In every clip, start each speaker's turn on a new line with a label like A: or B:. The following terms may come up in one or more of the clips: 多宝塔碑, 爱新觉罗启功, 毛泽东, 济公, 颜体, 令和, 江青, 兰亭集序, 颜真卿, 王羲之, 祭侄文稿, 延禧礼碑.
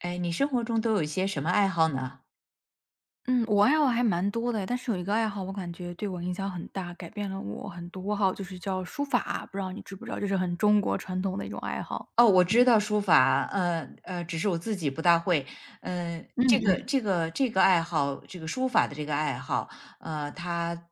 A: 哎，你生活中都有一些什么爱好呢？
B: 嗯，我爱好还蛮多的，但是有一个爱好我感觉对我影响很大，改变了我很多哈，就是叫书法，不知道你知不知道，就是很中国传统的一种爱好。
A: 哦，我知道书法，只是我自己不大会。嗯，
B: 嗯嗯。
A: 爱好，这个书法的这个爱好，它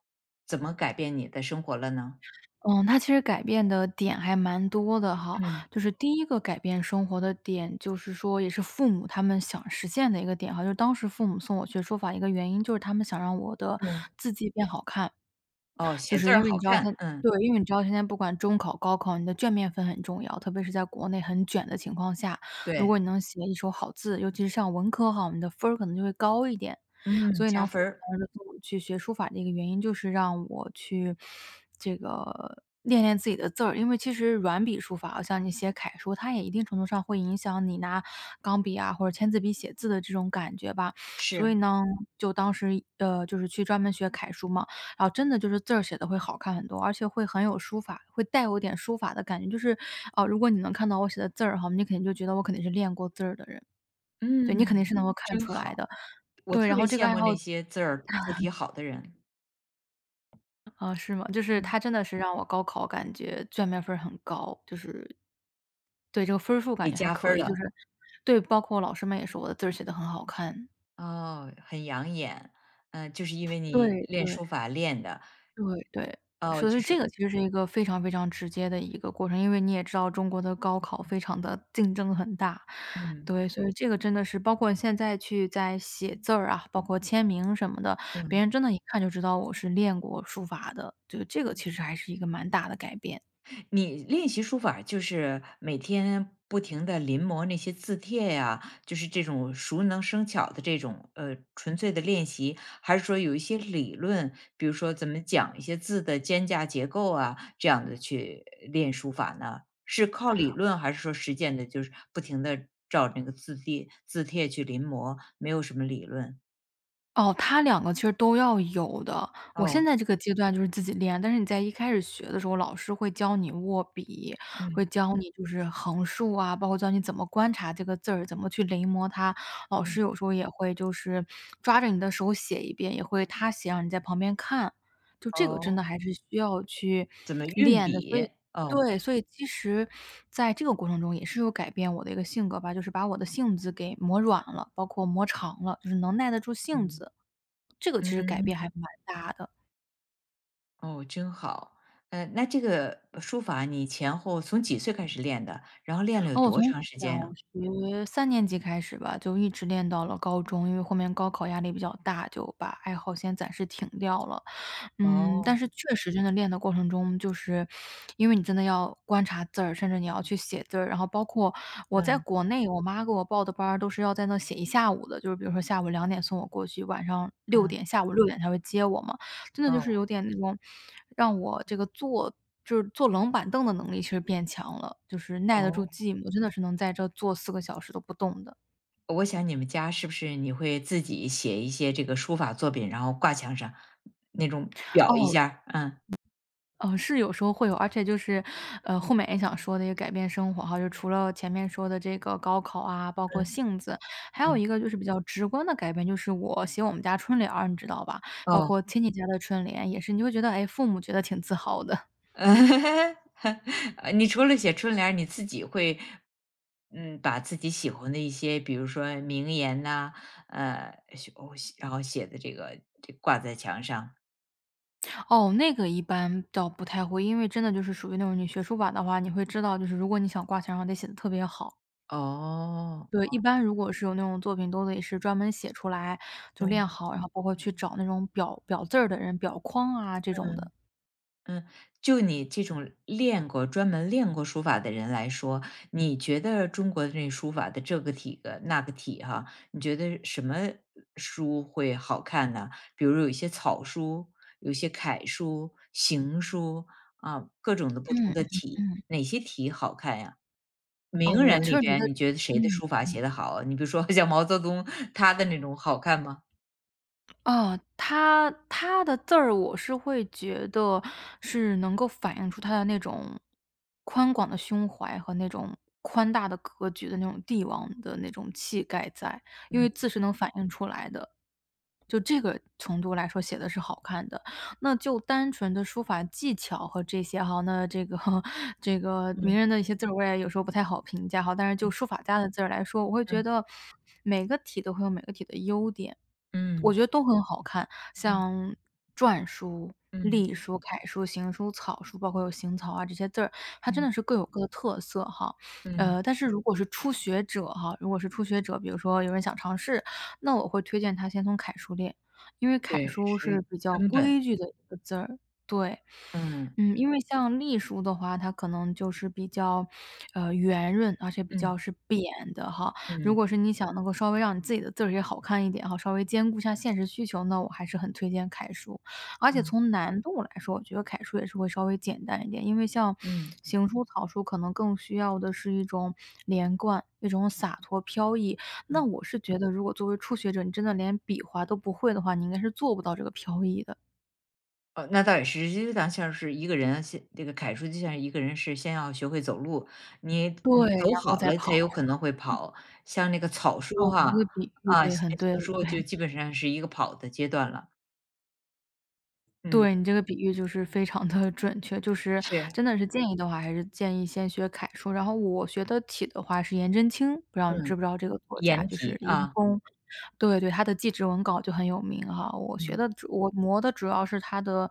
A: 怎么改变你的生活了呢？
B: 嗯，它其实改变的点还蛮多的哈，
A: 嗯
B: 就是第一个改变生活的点，就是说也是父母他们想实现的一个点哈，就是当时父母送我学书法一个原因，就是他们想让我的
A: 嗯，
B: 字迹变好看。
A: 哦，
B: 就
A: 写字
B: 是因
A: 儿
B: 为你
A: 好
B: 知道
A: 看，
B: 现
A: 嗯，
B: 对，因为你知道现在不管中考、高考，你的卷面分很重要，特别是在国内很卷的情况下，如
A: 对，
B: 果你能写一手好字，尤其是像文科哈，你的分儿可能就会高一点。
A: 嗯，
B: 所以
A: 加
B: 呢，父
A: 分
B: 母
A: 儿
B: 当时送我去学书法的一个原因，就是让我去这个练练自己的字儿。因为其实软笔书法，像你写楷书，它也一定程度上会影响你拿钢笔啊或者签字笔写字的这种感觉吧。
A: 是，
B: 所以呢，就当时就是去专门学楷书嘛。啊，真的就是字儿写的会好看很多，而且会很有书法，会带有点书法的感觉。就是，啊，如果你能看到我写的字儿哈，你肯定就觉得我肯定是练过字儿的人，对，你肯定
A: 嗯，
B: 是能够看
A: 真
B: 出来
A: 好，
B: 的。
A: 我
B: 对，
A: 特
B: 然
A: 别
B: 后这个
A: 羡
B: 爱
A: 慕
B: 好
A: 那些字儿字体好的人，
B: 啊，是吗？就是
A: 嗯，
B: 它真的是让我高考感觉卷面分儿很高，就是对，这个分儿数感
A: 给
B: 觉还
A: 加分
B: 可
A: 儿
B: 以，
A: 了，
B: 就是对，包括老师们也说我的字儿写的很好看。
A: 哦，很养眼，嗯，就是因为你
B: 对
A: 练
B: 对。
A: 书法练的，
B: 对对，
A: 哦，
B: 所以
A: 就
B: 这
A: 是
B: 个其实是一个非常非常直接的一个过程，因为你也知道中国的高考非常的竞争很大，
A: 嗯
B: 对，所以这个真的是包括现在去在写字儿啊，包括签名什么的，别
A: 嗯，
B: 人真的一看就知道我是练过书法的，就这个其实还是一个蛮大的改变。
A: 你练习书法儿就是每天不停的临摹那些字帖呀，就是这种熟能生巧的这种纯粹的练习，还是说有一些理论，比如说怎么讲一些字的间架结构啊，这样的去练书法呢？是靠理论还是说实践的？就是不停的照那个字帖去临摹，没有什么理论。
B: 哦，它两个其实都要有的。我现
A: 哦，
B: 在这个阶段就是自己练，但是你在一开始学的时候，老师会教你握笔，
A: 嗯
B: 会教你就是横竖啊，包括教你怎么观察这个字儿，怎么去临摹它。老
A: 嗯，
B: 师有时候也会就是抓着你的手写一遍，也会他写，让你在旁边看。就这个
A: 哦，
B: 真的还是需要去
A: 怎么运
B: 练的，所
A: 笔？
B: 以
A: 哦，
B: 对，所以其实在这个过程中也是有改变我的一个性格吧，就是把我的性子给磨软了，包括磨长了，就是能耐得住性
A: 嗯
B: 子。这个其实改
A: 嗯。
B: 变还蛮大的。
A: 哦，真好。那这个书法你前后从几岁开始练的？然后练了有
B: 然后我
A: 多
B: 从
A: 长时
B: 小
A: 间呀？
B: 学3年级开始吧，就一直练到了高中，因为后面高考压力比较大，就把爱好先暂时停掉了。嗯，
A: 哦，
B: 但是确实真的练的过程中，就是因为你真的要观察字儿，甚至你要去写字儿，然后包括我在
A: 嗯
B: 国内，我妈给我报的班儿都是要在那写一下午的，就是比如说下午2点送我过去，晚上六
A: 嗯，
B: 点，下午六点才会接我嘛，真的就
A: 哦
B: 是有点那种让我这个坐就是坐冷板凳的能力其实变强了，就是耐得住
A: 哦，
B: 寂寞，真的是能在这坐4个小时都不动的。
A: 我想你们家是不是你会自己写一些这个书法作品，然后挂墙上那种裱一
B: 哦，
A: 下儿？嗯
B: 是有时候会有，而且就是，后面也想说的一个改变生活哈，就除了前面说的这个高考啊，包括
A: 嗯
B: 性子，还有
A: 嗯，
B: 一个就是比较直观的改变，就是我写我们家春联儿，你知道吧？包
A: 哦，
B: 括亲戚家的春联也是，你就会觉得，哎，父母觉得挺自豪的。
A: 你除了写春联儿，你自己会把自己喜欢的一些，比如说名言呐、呃，写哦写然后写的这个挂在墙上。
B: 哦，那个一般倒不太会，因为真的就是属于那种你学书法的话，你会知道，就是如果你想挂墙上得写的特别好。
A: 哦，
B: 对，一般如果是有那种作品，都得是专门写出来就
A: 嗯
B: 练好，然后包括去找那种裱裱字儿的人，裱框啊这种
A: 嗯
B: 的。
A: 嗯，就你这种专门练过书法的人来说，你觉得中国的那书法的这个体个那个体哈，你觉得什么书会好看呢？比如有一些草书，有一些楷书、行书啊，各种的不
B: 嗯
A: 同的
B: 嗯
A: 体，
B: 嗯，
A: 哪些体好看呀？
B: 哦，
A: 名
B: 我
A: 人里
B: 确实觉
A: 边，
B: 得
A: 你觉得谁的
B: 嗯，
A: 书法写得好啊你比如说 像毛泽东，他的那种好看吗？
B: 啊，他的字儿我是会觉得是能够反映出他的那种宽广的胸怀和那种宽大的格局的那种帝王的那种气概在，因为
A: 嗯
B: 字是能反映出来的。就这个程度来说写的是好看的，那就单纯的书法技巧和这些哈，那这个 这个名人
A: 嗯
B: 的一些字儿我也有时候不太好评价哈，但是就
A: 嗯
B: 书法家的字儿来说，我会觉
A: 嗯
B: 得每个体都会有每个体的优点。我
A: 嗯
B: 觉得都很好看，
A: 嗯
B: 像篆书、
A: 嗯。
B: 隶书、楷书、行书、草书，包括有行草啊这些字儿，它真
A: 嗯
B: 的是各有各的特色哈。
A: 嗯，
B: 但是如果是初学者哈，如果是初学者，比如说有人想尝试，那我会推荐他先从楷书练，因为楷
A: 对，
B: 书是
A: 是
B: 比较
A: 根本，
B: 规矩的一个字儿，对。
A: 嗯
B: 嗯，因为像隶书的话，它可能就是比较，圆润，而且比
A: 嗯
B: 较是扁的哈。如
A: 嗯
B: 果是你想能够稍微让你自己的字儿也好看一点哈，稍微兼顾一下现实需求那我还是很推荐楷书。而且
A: 嗯
B: 从难度来说，我觉得楷书也是会稍微简单一点，因为像
A: 嗯
B: 行书、草书可能更需要的是一种连贯、一种洒脱、飘逸。那
A: 嗯，
B: 我是觉得，如果作为初学者，你真的连笔划都不会的话，你应该是做不到这个飘逸的。
A: 哦，那倒也是，就当像是一个人啊，先这个楷书就像一个人是先要学会走路，你
B: 对，然
A: 走
B: 后
A: 好
B: 再
A: 了才
B: 跑。
A: 有可能会跑，像那个草书
B: 哦，你
A: 哈，
B: 这个比喻
A: 啊，
B: 对，
A: 行
B: 很对，
A: 行书
B: 对，
A: 就 基本上是一个跑的阶段了，嗯，
B: 对，你这个比喻就是非常的 准确，就是
A: 是，
B: 真的是建议的话，还是建议先学楷书，然后我学得体的话是颜真卿，不知道你知
A: 嗯，
B: 不知道这个作家，
A: 颜
B: 就是
A: 体
B: 一
A: 啊，
B: 风，对，对，他的《祭侄文稿》就很有名哈，
A: 嗯，
B: 我磨的主要是他的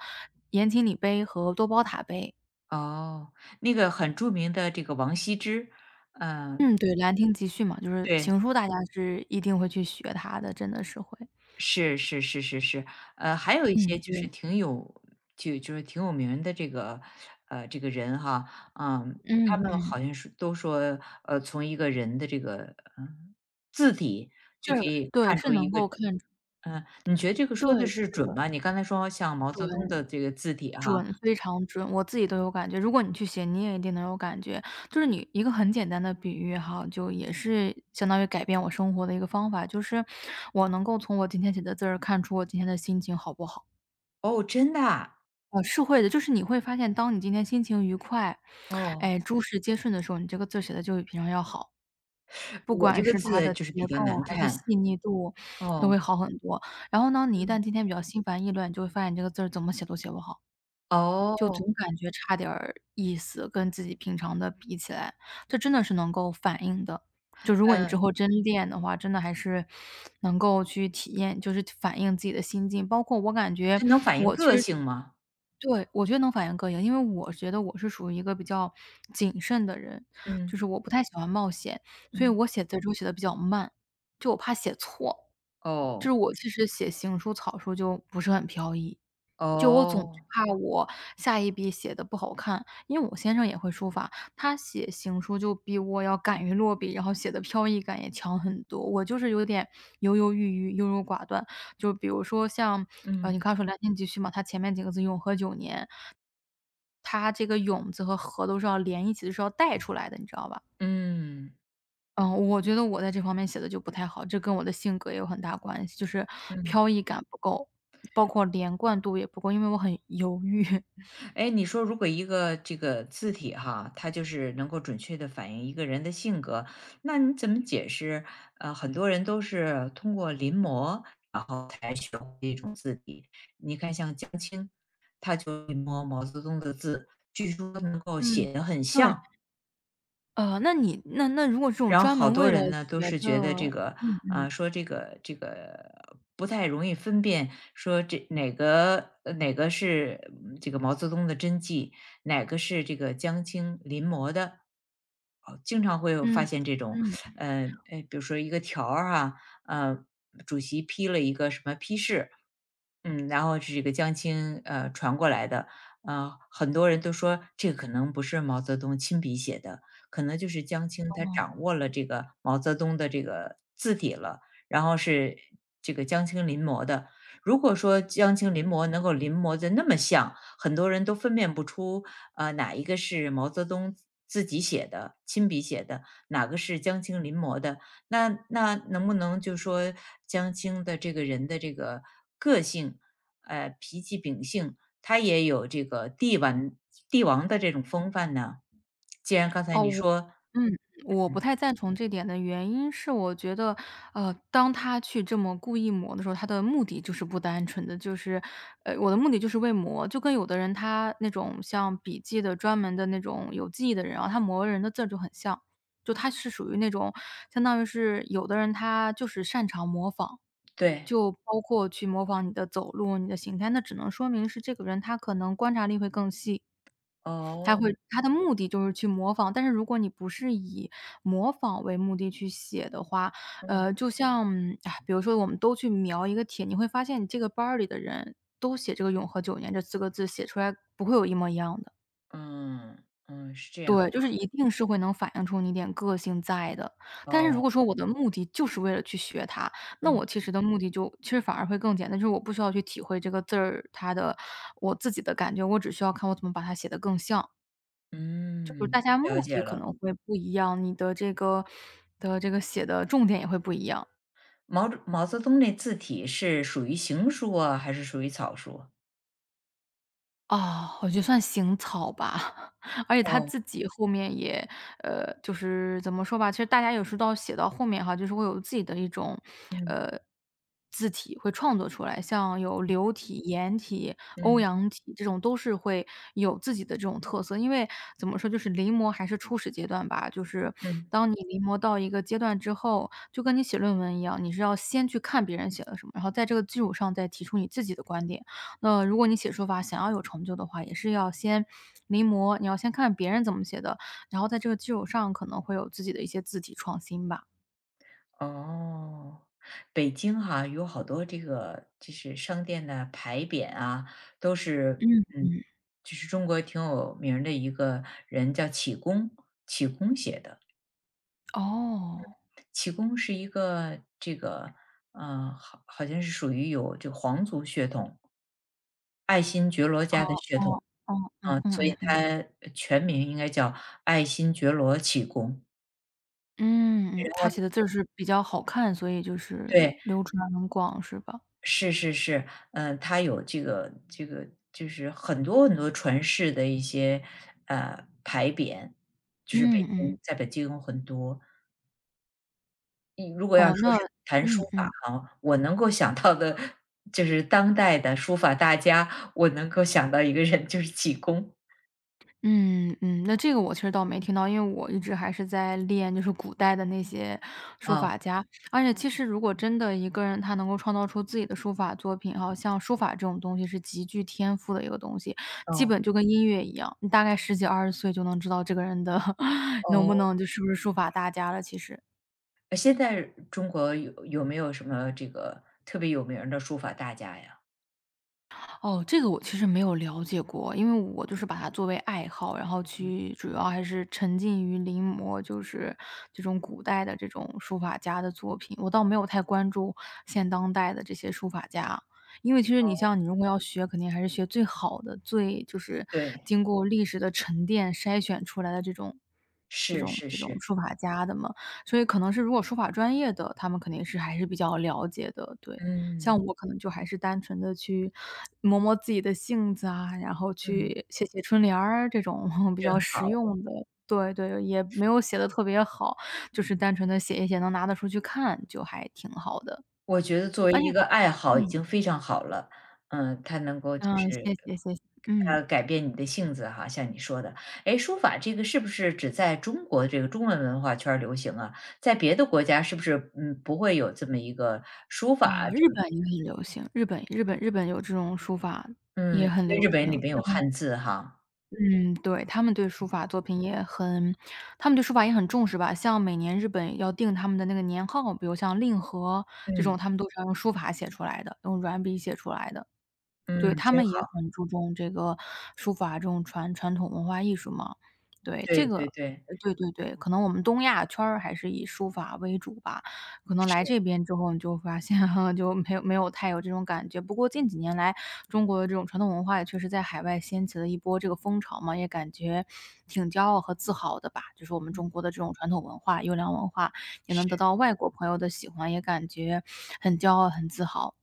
B: 《延禧礼碑》和《多宝塔碑》。
A: 哦，那个很著名的这个王羲之，嗯，
B: 嗯，对，《兰亭集序》嘛，就是
A: 对，
B: 行书大家是一定会去学它的，真的是会。
A: 是是是是是，还有一些就是
B: 对，
A: 挺有就就是挺有名的这个，这个人哈，嗯，
B: 嗯，
A: 他们好
B: 嗯，
A: 像是都说，从一个人的这个，嗯，字体
B: 字
A: 就可
B: 儿，
A: 以
B: 对，
A: 看
B: 是
A: 出一
B: 能
A: 个
B: 够看出
A: 嗯，你觉得这个说
B: 对，
A: 的是
B: 是
A: 准
B: 的，
A: 吗？你刚才说像毛泽东
B: 对。
A: 的这个字体哈，
B: 准，非常准，我自己都有感觉。如果你去写，你也一定能有感觉。就是你一个很简单的比喻哈，就也是相当于改变我生活的一个方法，就是我能够从我今天写的字儿看出我今天的心情好不好。
A: 哦，真的啊？
B: 是会的，就是你会发现，当你今天心情愉快，
A: 哦，
B: 哎，诸事皆顺的时候，你这个字儿写的就比平常要好，不
A: 我这
B: 管
A: 个
B: 是它
A: 字
B: 的
A: 就是比
B: 结
A: 较
B: 构
A: 难
B: 还是
A: 看，
B: 细腻度，都
A: 哦，
B: 会好很多。然后呢，你一旦
A: 嗯，
B: 今天比较心烦意乱，你就会发现你这个字儿怎么写都写不好。就
A: 哦，
B: 总感觉差点儿意思，跟自己平常的比起来，这真的是能够反映的。就如果你
A: 嗯，
B: 之后真练的话，真的还是能够去体验，就是反映自己的心境。包括我感觉
A: 它能反映
B: 我其
A: 个
B: 实
A: 性吗？
B: 对，我觉得能反映个性，因为我觉得我是属于一个比较谨慎的人，就
A: 嗯，
B: 是我不太喜欢冒险，所以
A: 嗯，
B: 我写字儿就写的比较慢，就我怕写错。就是
A: 哦，
B: 我其实写行书、草书就不是很飘逸，就我总惧
A: 哦。
B: 怕我下一笔写的不好看。因为我先生也会书法，他写行书就比我要敢于落笔，然后写的飘逸感也强很多。我就是有点犹犹豫豫、优柔寡断。就比如说像，你
A: 嗯
B: 刚说《兰亭集序》嘛，它前面几个字“永和九年”，它这个“永”字和“和”都是要连一起，就是要带出来的，你知道吧？
A: 嗯
B: 嗯，我觉得我在这方面写的就不太好，这跟我的性格也有很大关系，就是
A: 嗯，
B: 飘逸感不够，包括连贯度也不够，因为我很犹豫。
A: 哎，你说如果一个这个字体哈，它就是能够准确的反映一个人的性格，那你怎么解释？很多人都是通过临摹，然后才学会一种字体。你看像江青，他就临摹毛泽东的字，据说能够
B: 嗯，
A: 写得很
B: 对，
A: 像。
B: 那你那如果这种
A: 然后
B: 专
A: 好
B: 门
A: 多
B: 为了
A: 人呢都
B: 学
A: 是
B: 的
A: 觉得这个，
B: 嗯，
A: 啊，说这个不太容易分辨，说这哪个呃哪个是这个毛泽东的真迹，哪个是这个江青临摹的，哦，经常会有发
B: 嗯，
A: 现这种，
B: 嗯。
A: 呃，哎，比如说一个条儿啊，呃，主席批了一个什么批示，嗯，然后是这个江青传过来的，很多人都说这个可能不是毛泽东亲笔写的，可能就是江青他掌握了这个毛泽东的这个字体了，然后是这个江青临摹的。如果说江青临摹能够临摹的那么像，很多人都分辨不出，哪一个是毛泽东自己写的、亲笔写的，哪个是江青临摹的。那能不能就说江青的这个人的这个个性，脾气秉性他也有这个帝王的这种风范呢？既然刚才
B: 哦，
A: 你
B: 我
A: 说
B: 嗯，我不太赞同这点的原因是我觉得，当他去这么故意磨的时候，他的目的就是不单纯的，就是我的目的就是为磨。就跟有的人他那种像笔记的专门的那种有记忆的人啊，他磨人的字儿就很像，就他是属于那种相当于是有的人他就是擅长模仿，
A: 对，
B: 就包括去模仿你的走路、你的形态，那只能说明是这个人他可能观察力会更细。他
A: 哦，
B: 会他的目的就是去模仿，但是如果你不是以模仿为目的去写的话，
A: 嗯，
B: 就像哎比如说我们都去描一个帖，你会发现你这个班儿里的人都写这个“永和九年”这四个字，写出来不会有一模一样的。
A: 嗯，嗯，是这样，
B: 对，就是一定是会能反映出你点个性在的。但是如
A: 哦，
B: 果说我的目的就是为了去学它，那
A: 嗯，
B: 我其实的目的就其实反而会更简单，就是我不需要去体会这个字儿它的我自己的感觉，我只需要看我怎么把它写得更像。就是
A: 嗯，
B: 大家目
A: 了解
B: 的可
A: 了。
B: 能会不一样，你的这个的这个写的重点也会不一样。
A: 毛泽东那字体是属于行书啊，还是属于草书？
B: 哦，我觉得算行草吧。而且他
A: 哦，
B: 自己后面也，就是怎么说吧，其实大家有时候到写到后面哈，就是会有自己的一种，
A: 嗯，
B: 呃，字体会创作出来，像有流体、颜体、欧
A: 嗯，
B: 阳体这种都是会有自己的这种特色。因为怎么说，就是临摹还是初始阶段吧，就是
A: 嗯，
B: 当你临摹到一个阶段之后，就跟你写论文一样，你是要先去看别人写了什么，然后在这个基础上再提出你自己的观点。那如果你写书法想要有成就的话，也是要先临摹，你要先看别人怎么写的，然后在这个基础上可能会有自己的一些字体创新吧。
A: 哦。北京哈，有好多这个就是商店的牌匾啊，都是
B: 嗯，
A: 嗯就是中国挺有名儿的一个人叫启功，启功写的。
B: 哦。
A: 启功是一个这个，好像是属于有这个皇族血统，爱新觉罗
B: 哦
A: 家的血统，
B: 哦哦，嗯
A: 啊，所
B: 嗯
A: 以
B: 嗯嗯。
A: 他全名应该叫爱新觉罗启功。
B: 嗯嗯，他写的字儿是比较好看，所以就是
A: 对，
B: 流传很广是吧？
A: 是是是，嗯，他有这个就是很多很多传世的一些，牌匾，
B: 嗯
A: 就是
B: 嗯，
A: 在北京有很多。你如果要
B: 哦，
A: 说
B: 那
A: 是谈书
B: 嗯
A: 法
B: 嗯。
A: 哈，我能够想到的就是当代的书法大家，我能够想到一个人就是济公。
B: 嗯嗯，那这个我其实倒没听到，因为我一直还是在练就是古代的那些书
A: 啊，
B: 法家。而且其实如果真的一个人他能够创造出自己的书法作品，好像书法这种东西是极具天赋的一个东西，基
A: 哦，
B: 本就跟音乐一样，你大概十几、二十岁就能知道这个人的 能不
A: 哦，
B: 能就是不是书法大家了，其实。
A: 现在中国有没有什么这个特别有名儿的书法大家呀？
B: 哦，这个我其实没有了解过，因为我就是把它作为爱好，然后
A: 嗯，
B: 去主要还是沉浸于临摹，就是这种古代的这种书法家的作品，我倒没有太关注现当代的这些书法家。因为其实你
A: 哦，
B: 像你如果要学，肯定还是学最好的，最就是
A: 对，
B: 经过历史的沉淀筛选出来的这种这
A: 是
B: 种
A: 是
B: 这种
A: 是，
B: 书法家的嘛。所以可能是如果书法专业的，他们肯定是还是比较了解的，对。
A: 嗯，
B: 像我可能就还是单纯的去磨磨自己的性子啊，然后
A: 嗯，
B: 去写写春联儿这种 比
A: 真
B: 较实
A: 好。
B: 用的。对对，也没有写的特别好，就是单纯的写一写，能拿得出去看就还挺好的。
A: 我觉得作为
B: 而且
A: 一个
B: 感
A: 爱好已
B: 嗯，
A: 经非常好了，嗯，它能够就
B: 嗯，
A: 是，
B: 谢谢谢谢，嗯。
A: 改变你的性子哈，像你说的。哎，书法这个是不是只在中国这个中文文化圈儿流行啊？在别的国家是不是，嗯，不会有这么一个书法
B: 日本也很流行，日本有这种书法也很
A: 因为日
B: 流行，
A: 本里边
B: 日
A: 有
B: 本
A: 汉字哈。
B: 嗯，对，他们对书法作品也很他们对书法也很重视吧。像每年日本要定他们的那个年号，比如像令和这
A: 嗯，
B: 种，他们都是要用书法写出来的，用软笔写出来的。对，
A: 嗯，
B: 他
A: 真
B: 们也
A: 好，
B: 很注重这个书法这种传统文化艺术嘛。对，这
A: 对对
B: 个
A: 对，
B: 对对对，可能我们东亚圈儿还是以书法为主吧，可能来
A: 是，
B: 这边之后你就发现 就没有太有这种感觉。不过近几年来，中国的这种传统文化也确实在海外掀起了一波这个风潮嘛，也感觉挺骄傲和自豪的吧。就是我们中国的这种传统文化、优良文化也能
A: 是。
B: 得到外国朋友的喜欢，也感觉很骄傲、很自豪。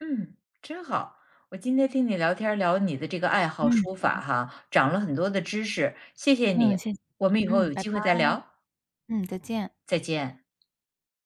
A: 嗯，真好。我今天听你聊天儿聊你的这个爱好书
B: 嗯，
A: 法哈，长了很多的知识，谢谢
B: 嗯，
A: 你。
B: 谢谢。
A: 我们以后
B: 嗯，
A: 有
B: 拜
A: 机
B: 拜。
A: 会再聊，
B: 嗯，再见。
A: 再见。